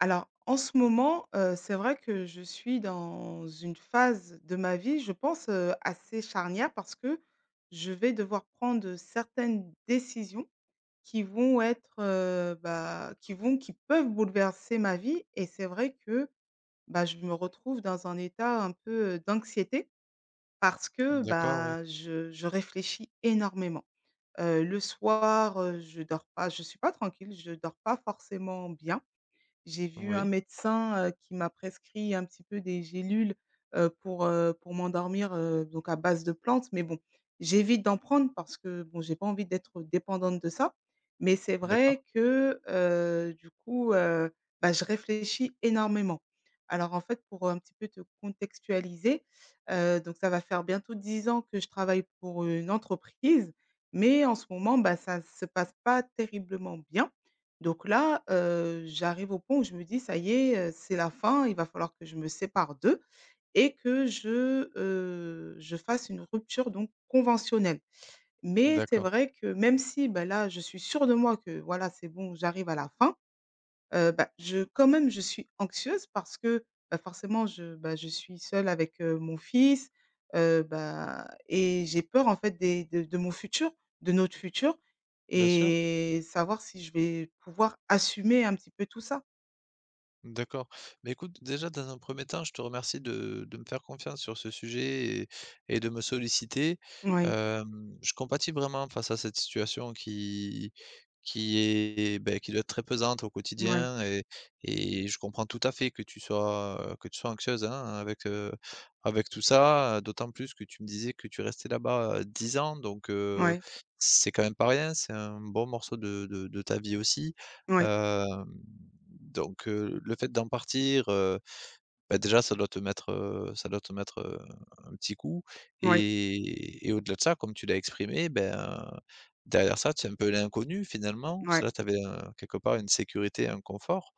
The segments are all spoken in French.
Alors, en ce moment, c'est vrai que je suis dans une phase de ma vie, je pense, assez charnière parce que je vais devoir prendre, certaines décisions qui vont être, bah, qui peuvent bouleverser ma vie et c'est vrai que, bah, je me retrouve dans un état un peu, d'anxiété parce que, D'accord, oui. bah, je réfléchis énormément. Le soir, je dors pas, je suis pas tranquille, je dors pas forcément bien. J'ai vu un Oui, médecin, qui m'a prescrit un petit peu des gélules, pour m'endormir, donc à base de plantes, mais bon, j'évite d'en prendre parce que, bon, j'ai pas envie d'être dépendante de ça. Mais c'est vrai d'accord, que, du coup, bah, je réfléchis énormément. Alors en fait, pour un petit peu te contextualiser, donc ça va faire bientôt 10 ans que je travaille pour une entreprise, mais en ce moment, bah, ça ne se passe pas terriblement bien. Donc là, j'arrive au point où je me dis: «Ça y est, c'est la fin, il va falloir que je me sépare d'eux et que je fasse une rupture donc conventionnelle». Mais c'est d'accord. vrai que même si, bah, là, je suis sûre de moi que voilà, c'est bon, j'arrive à la fin. Bah, je Quand même, je suis anxieuse parce que, bah, forcément je bah, je suis seule avec, mon fils, bah et j'ai peur en fait des de mon futur, de notre futur Bien sûr. et savoir si je vais pouvoir assumer un petit peu tout ça. D'accord. Mais écoute, déjà, dans un premier temps, je te remercie de me faire confiance sur ce sujet et de me solliciter. Oui, Je compatis vraiment face à cette situation qui est, beh, qui doit être très pesante au oui, quotidien et je comprends tout à fait que tu sois anxieuse, hein, avec, avec tout ça, d'autant plus que tu me disais que tu restais là-bas, 10 ans. Donc oui, c'est quand même pas rien, c'est un bon morceau de ta vie aussi. oui, Hem donc le fait d'en partir, déjà ça doit te mettre, un petit coup. oui, Et au-delà de ça, comme tu l'as exprimé, ben, euh, derrière ça, tu es un peu l'inconnu finalement. Parce oui. que là, tu avais quelque part une sécurité, un confort.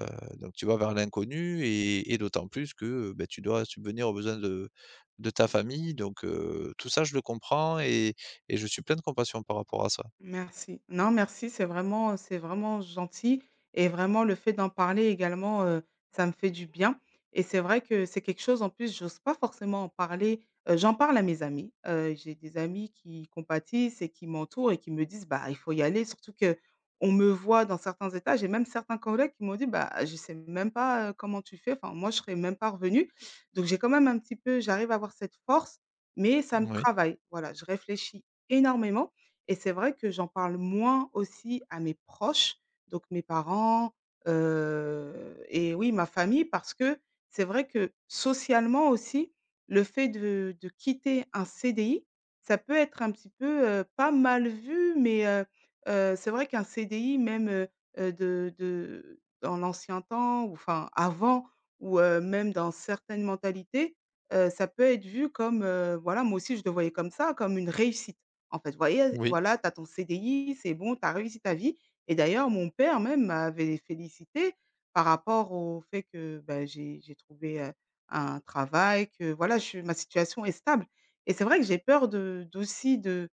heu, donc tu vas vers l'inconnu et d'autant plus que, tu dois subvenir aux besoins de ta famille. Donc tout ça je le comprends et je suis plein de compassion par rapport à ça. Merci. Non, merci, c'est vraiment gentil et vraiment le fait d'en parler également, ça me fait du bien et c'est vrai que c'est quelque chose, en plus, j'ose pas forcément en parler, j'en parle à mes amis, j'ai des amis qui compatissent et qui m'entourent et qui me disent: «Bah, il faut y aller», surtout que on me voit dans certains états. J'ai même certains collègues qui m'ont dit: «Bah, je sais même pas, comment tu fais, enfin, moi, je serais même pas revenue». Donc j'ai quand même un petit peu j'arrive à avoir cette force, mais ça me Oui. travaille. Voilà, je réfléchis énormément et c'est vrai que j'en parle moins aussi à mes proches, donc mes parents, et oui, ma famille parce que c'est vrai que socialement aussi, le fait de quitter un CDI, ça peut être un petit peu, pas mal vu, mais c'est vrai qu'un CDI même, de dans l'ancien temps ou enfin avant ou même dans certaines mentalités, ça peut être vu comme, voilà, moi aussi je le voyais comme ça, comme une réussite. En fait, vous voyez, Oui, voilà, tu as ton CDI, c'est bon, tu as réussi ta vie et d'ailleurs mon père même m'avait félicité par rapport au fait que, bah, j'ai trouvé, un travail, que voilà, je suis ma situation est stable et c'est vrai que j'ai peur de d'aussi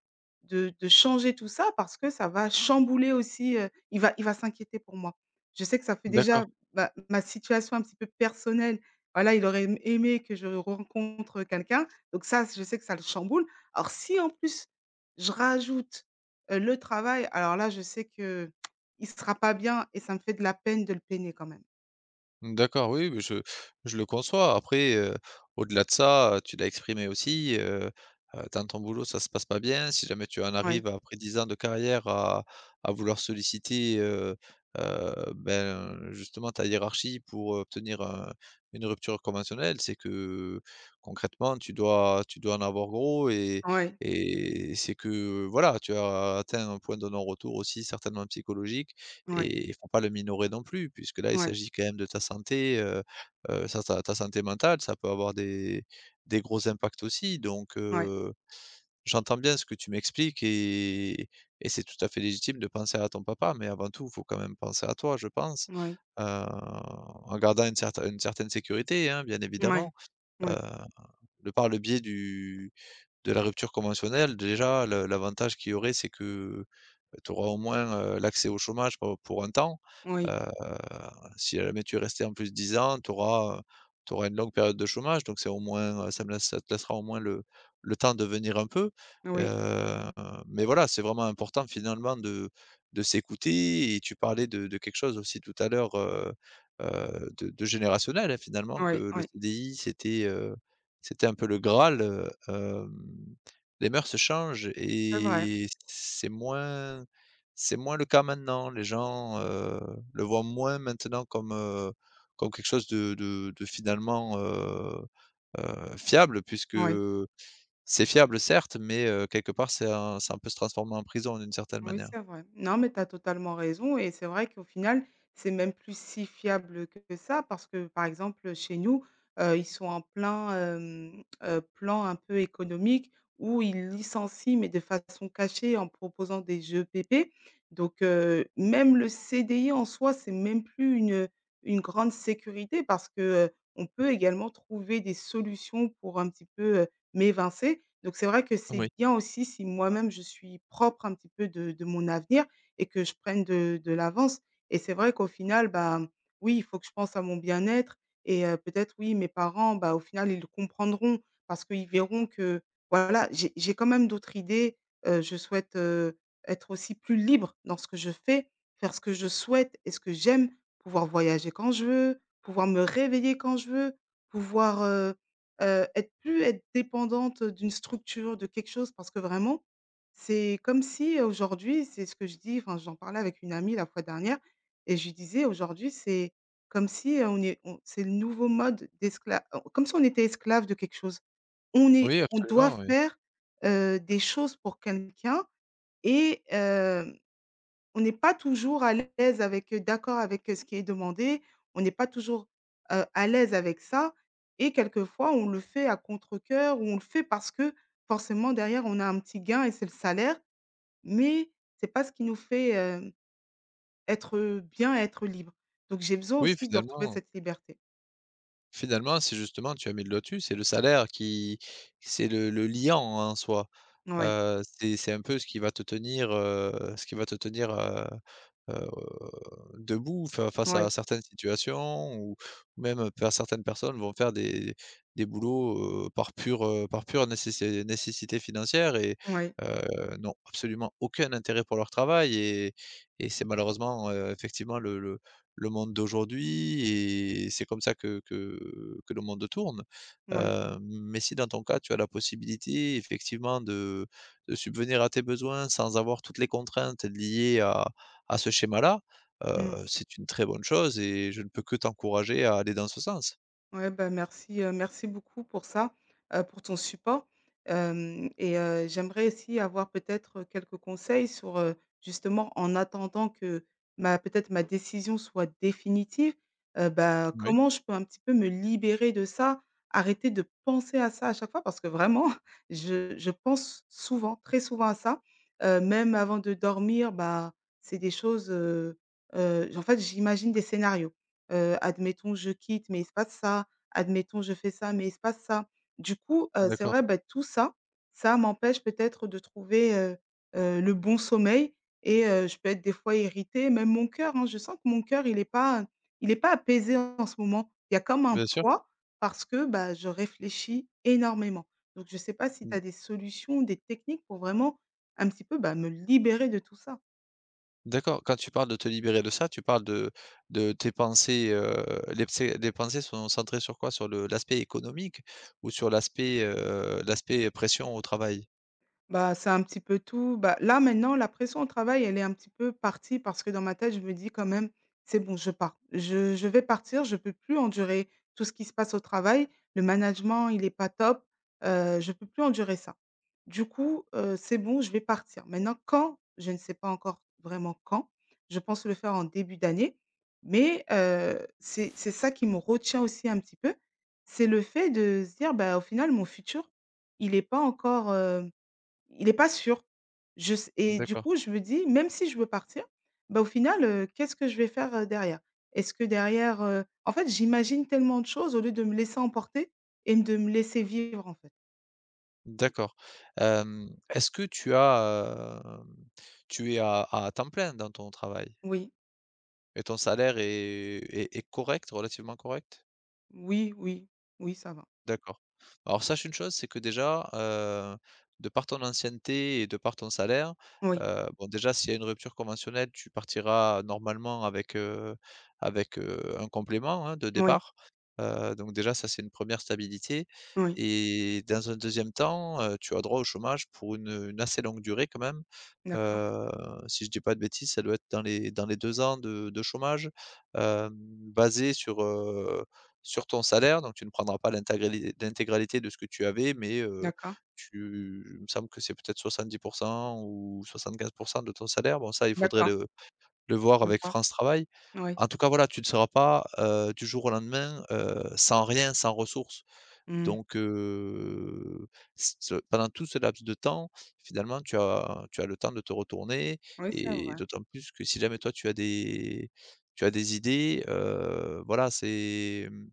de changer tout ça parce que ça va chambouler aussi, il va s'inquiéter pour moi. Je sais que ça fait d'accord. déjà ma situation un petit peu personnelle, voilà, il aurait aimé que je rencontre quelqu'un, donc ça, je sais que ça le chamboule. Alors si en plus je rajoute, le travail, alors là, je sais que il sera pas bien et ça me fait de la peine de le peiner quand même. D'accord, oui, oui, je le conçois. Après, au-delà de ça, tu l'as exprimé aussi. Dans ton boulot, ça se passe pas bien. Si jamais tu en Oui, arrives après 10 ans de carrière à vouloir solliciter, ben, justement ta hiérarchie pour obtenir un une rupture conventionnelle, c'est que concrètement, tu dois en avoir gros, et oui, et c'est que, voilà, tu as atteint un point de non-retour aussi certainement psychologique, oui, et il faut pas le minorer non plus, puisque là, il oui, s'agit quand même de ta santé. Ça ta santé mentale, ça peut avoir des gros impacts aussi. Donc oui, j'entends bien ce que tu m'expliques, et c'est tout à fait légitime de penser à ton papa, mais avant tout, il faut quand même penser à toi, je pense, oui, en gardant une certaine sécurité, hein, bien oui, évidemment. heu, oui, de par le biais du de la rupture conventionnelle, déjà le l'avantage qu'il y aurait, c'est que, tu auras au moins, l'accès au chômage pe pour un temps. oui, Heu, si jamais tu es resté en plus 10 ans, tu auras une longue période de chômage, donc c'est au moins, ça te laissera au moins le temps de venir un peu. oui, Heu, mais voilà, c'est vraiment important finalement de s'écouter, et tu parlais de quelque chose aussi tout à l'heure, de générationnel, hein, finalement que oui, le oui, CDI c'était, c'était un peu le Graal. Les mœurs se changent, c'est vrai, et c'est moins le cas maintenant. Les gens, le voient moins maintenant comme, comme quelque chose de finalement, fiable, puisque oui. c'est fiable certes, mais quelque part c'est un ça peut se transformer en prison d'une certaine Oui, manière. c'est vrai. Non, mais tu as totalement raison et c'est vrai qu'au final, c'est même plus si fiable que ça parce que, par exemple, chez nous, ils sont en plein, plan un peu économique où ils licencient, mais de façon cachée en proposant des jeux PP. Donc même le CDI en soi, c'est même plus une grande sécurité parce que, on peut également trouver des solutions pour un petit peu, m'évincer. Donc c'est vrai que Oui, c'est bien aussi si moi-même je suis propre un petit peu de mon avenir et que je prenne de l'avance et c'est vrai qu'au final, bah, oui, il faut que je pense à mon bien-être et peut-être oui, mes parents, bah, au final, ils le comprendront parce qu'ils verront que voilà, j'ai quand même d'autres idées, je souhaite, être aussi plus libre dans ce que je fais, faire ce que je souhaite et ce que j'aime, pouvoir voyager quand je veux, pouvoir me réveiller quand je veux, pouvoir être dépendante d'une structure, de quelque chose parce que vraiment, c'est comme si aujourd'hui, c'est ce que je dis, enfin, j'en parlais avec une amie la fois dernière et je lui disais: «Aujourd'hui, c'est comme si on est on c'est le nouveau mode d'escla comme si on était esclave de quelque chose. On est oui on doit absolument, oui. faire, des choses pour quelqu'un et on n'est pas toujours à l'aise avec, d'accord avec, ce qui est demandé. On n'est pas toujours, à l'aise avec ça et quelquefois, on le fait à contre cœur ou on le fait parce que forcément derrière, on a un petit gain et c'est le salaire, mais c'est pas ce qui nous fait, être, bien, être libre. Donc j'ai besoin Oui, aussi de retrouver cette liberté. finalement, c'est justement tu as mis le lotus, c'est le salaire qui c'est le liant en soi. Oui, C'est un peu ce qui va te tenir, ce qui va te tenir, heu, debout fa face à oui, certaines situations, ou même faire certaines personnes vont faire des boulots, par pure nécessité financière, et oui, n'ont absolument aucun intérêt pour leur travail, et c'est malheureusement, effectivement le monde d'aujourd'hui, et c'est comme ça que le monde tourne. oui. Mais si dans ton cas, tu as la possibilité effectivement de subvenir à tes besoins sans avoir toutes les contraintes liées à ce schéma-là, Mmh. C'est une très bonne chose, et je ne peux que t'encourager à aller dans ce sens. Ouais, bah, merci beaucoup pour ça, pour ton support, hem et j'aimerais aussi avoir peut-être, quelques conseils sur, justement en attendant que ma peut-être ma décision soit définitive, bah, Oui, comment je peux un petit peu me libérer de ça? Arrêter de penser à ça à chaque fois parce que vraiment je pense souvent, très souvent à ça, même avant de dormir, bah, c'est des choses, en fait, j'imagine des scénarios, admettons je quitte mais il se passe ça admettons, je fais ça, mais il se passe ça. Du coup, c'est d'accord, vrai, bah, tout ça, ça m'empêche peut-être de trouver, le bon sommeil et je peux être des fois irritée, même mon cœur, hein. Je sens que mon cœur, il est pas apaisé en ce moment. Il y a comme un bien sûr. poids parce que, bah, je réfléchis énormément. Donc je ne sais pas si tu as des solutions, des techniques pour vraiment un petit peu, bah, me libérer de tout ça. D'accord, quand tu parles de te libérer de ça, tu parles de tes pensées. Heu, les psé les pensées sont centrées sur quoi? Sur le l'aspect économique, ou sur l'aspect pression au travail? Bah, c'est un petit peu tout. Bah, là, maintenant, la pression au travail, elle est un petit peu partie parce que dans ma tête, je me dis quand même: «C'est bon, je pars. Je vais partir, je peux plus endurer tout ce qui se passe au travail. Le management, il est pas top, je peux plus endurer ça. Du coup, c'est bon, je vais partir». Maintenant quand? Je ne sais pas encore vraiment quand. Je pense le faire en début d'année, mais c'est ça qui me retient aussi un petit peu. C'est le fait de se dire: «Bah, au final, mon futur, il est pas encore, euh, il est pas sûr. Je s et du D'accord, coup, je me dis: «Même si je veux partir, bah, au final, qu'est-ce que je vais faire, derrière? Est-ce que derrière?» en fait, j'imagine tellement de choses au lieu de me laisser emporter et de me laisser vivre, en fait. d'accord. Est-ce que tu es à temps plein dans ton travail, Oui, et ton salaire est correct, relativement correct? oui, oui, oui, ça va. D'accord. Alors sache une chose, c'est que déjà, de par ton ancienneté et de par ton salaire, Oui, bon déjà s'il y a une rupture conventionnelle, tu partiras normalement avec, un complément, hein, de oui, départ. Donc déjà ça c'est une première stabilité, oui. et dans un deuxième temps, tu as droit au chômage pour une assez longue durée quand même. D'accord, Heu, si je dis pas de bêtises, ça doit être dans les 2 ans de chômage, hem, basé sur ton salaire, donc tu ne prendras pas l'intégralité de ce que tu avais, mais d'accord, tu il me semble que c'est peut-être 70 ou 75 de ton salaire. Bon ça, il faudrait d'accord, le voir je avec vois. France Travail. Oui. En tout cas, voilà, tu ne seras pas, du jour au lendemain, sans rien, sans ressources. Mmh. Donc ce pendant tout ce laps de temps, finalement, tu as le temps de te retourner, Oui, c'est et vrai. d'autant plus que si jamais toi tu as des idées, voilà,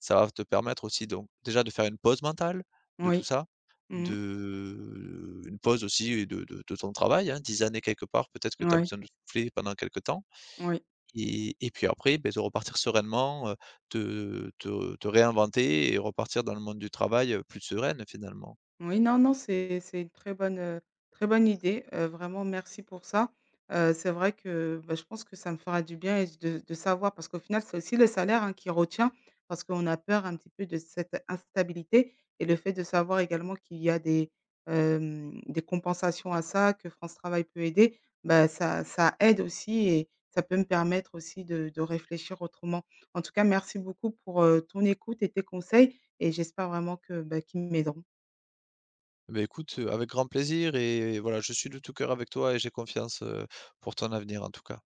ça va te permettre aussi, donc déjà de faire une pause mentale de tout Oui. ça, Mmh. de une pause aussi de ton travail, hein, 10 années quelque part, peut-être que tu as Oui, besoin de souffler pendant quelque temps. oui. Et puis après, beh, de repartir sereinement, te réinventer et repartir dans le monde du travail, plus sereine finalement. Oui, non, non, c'est une très bonne idée, vraiment merci pour ça. C'est vrai que, bah, je pense que ça me fera du bien et de savoir parce qu'au final, c'est aussi le salaire, hein, qui retient parce qu'on a peur un petit peu de cette instabilité et le fait de savoir également qu'il y a des, des compensations à ça, que France Travail peut aider, bah, ça aide aussi et ça peut me permettre aussi de réfléchir autrement. En tout cas, merci beaucoup pour, ton écoute et tes conseils et j'espère vraiment bah, qu'ils m'aideront. Beh, écoute, avec grand plaisir, et voilà, je suis de tout cœur avec toi et j'ai confiance, pour ton avenir en tout cas.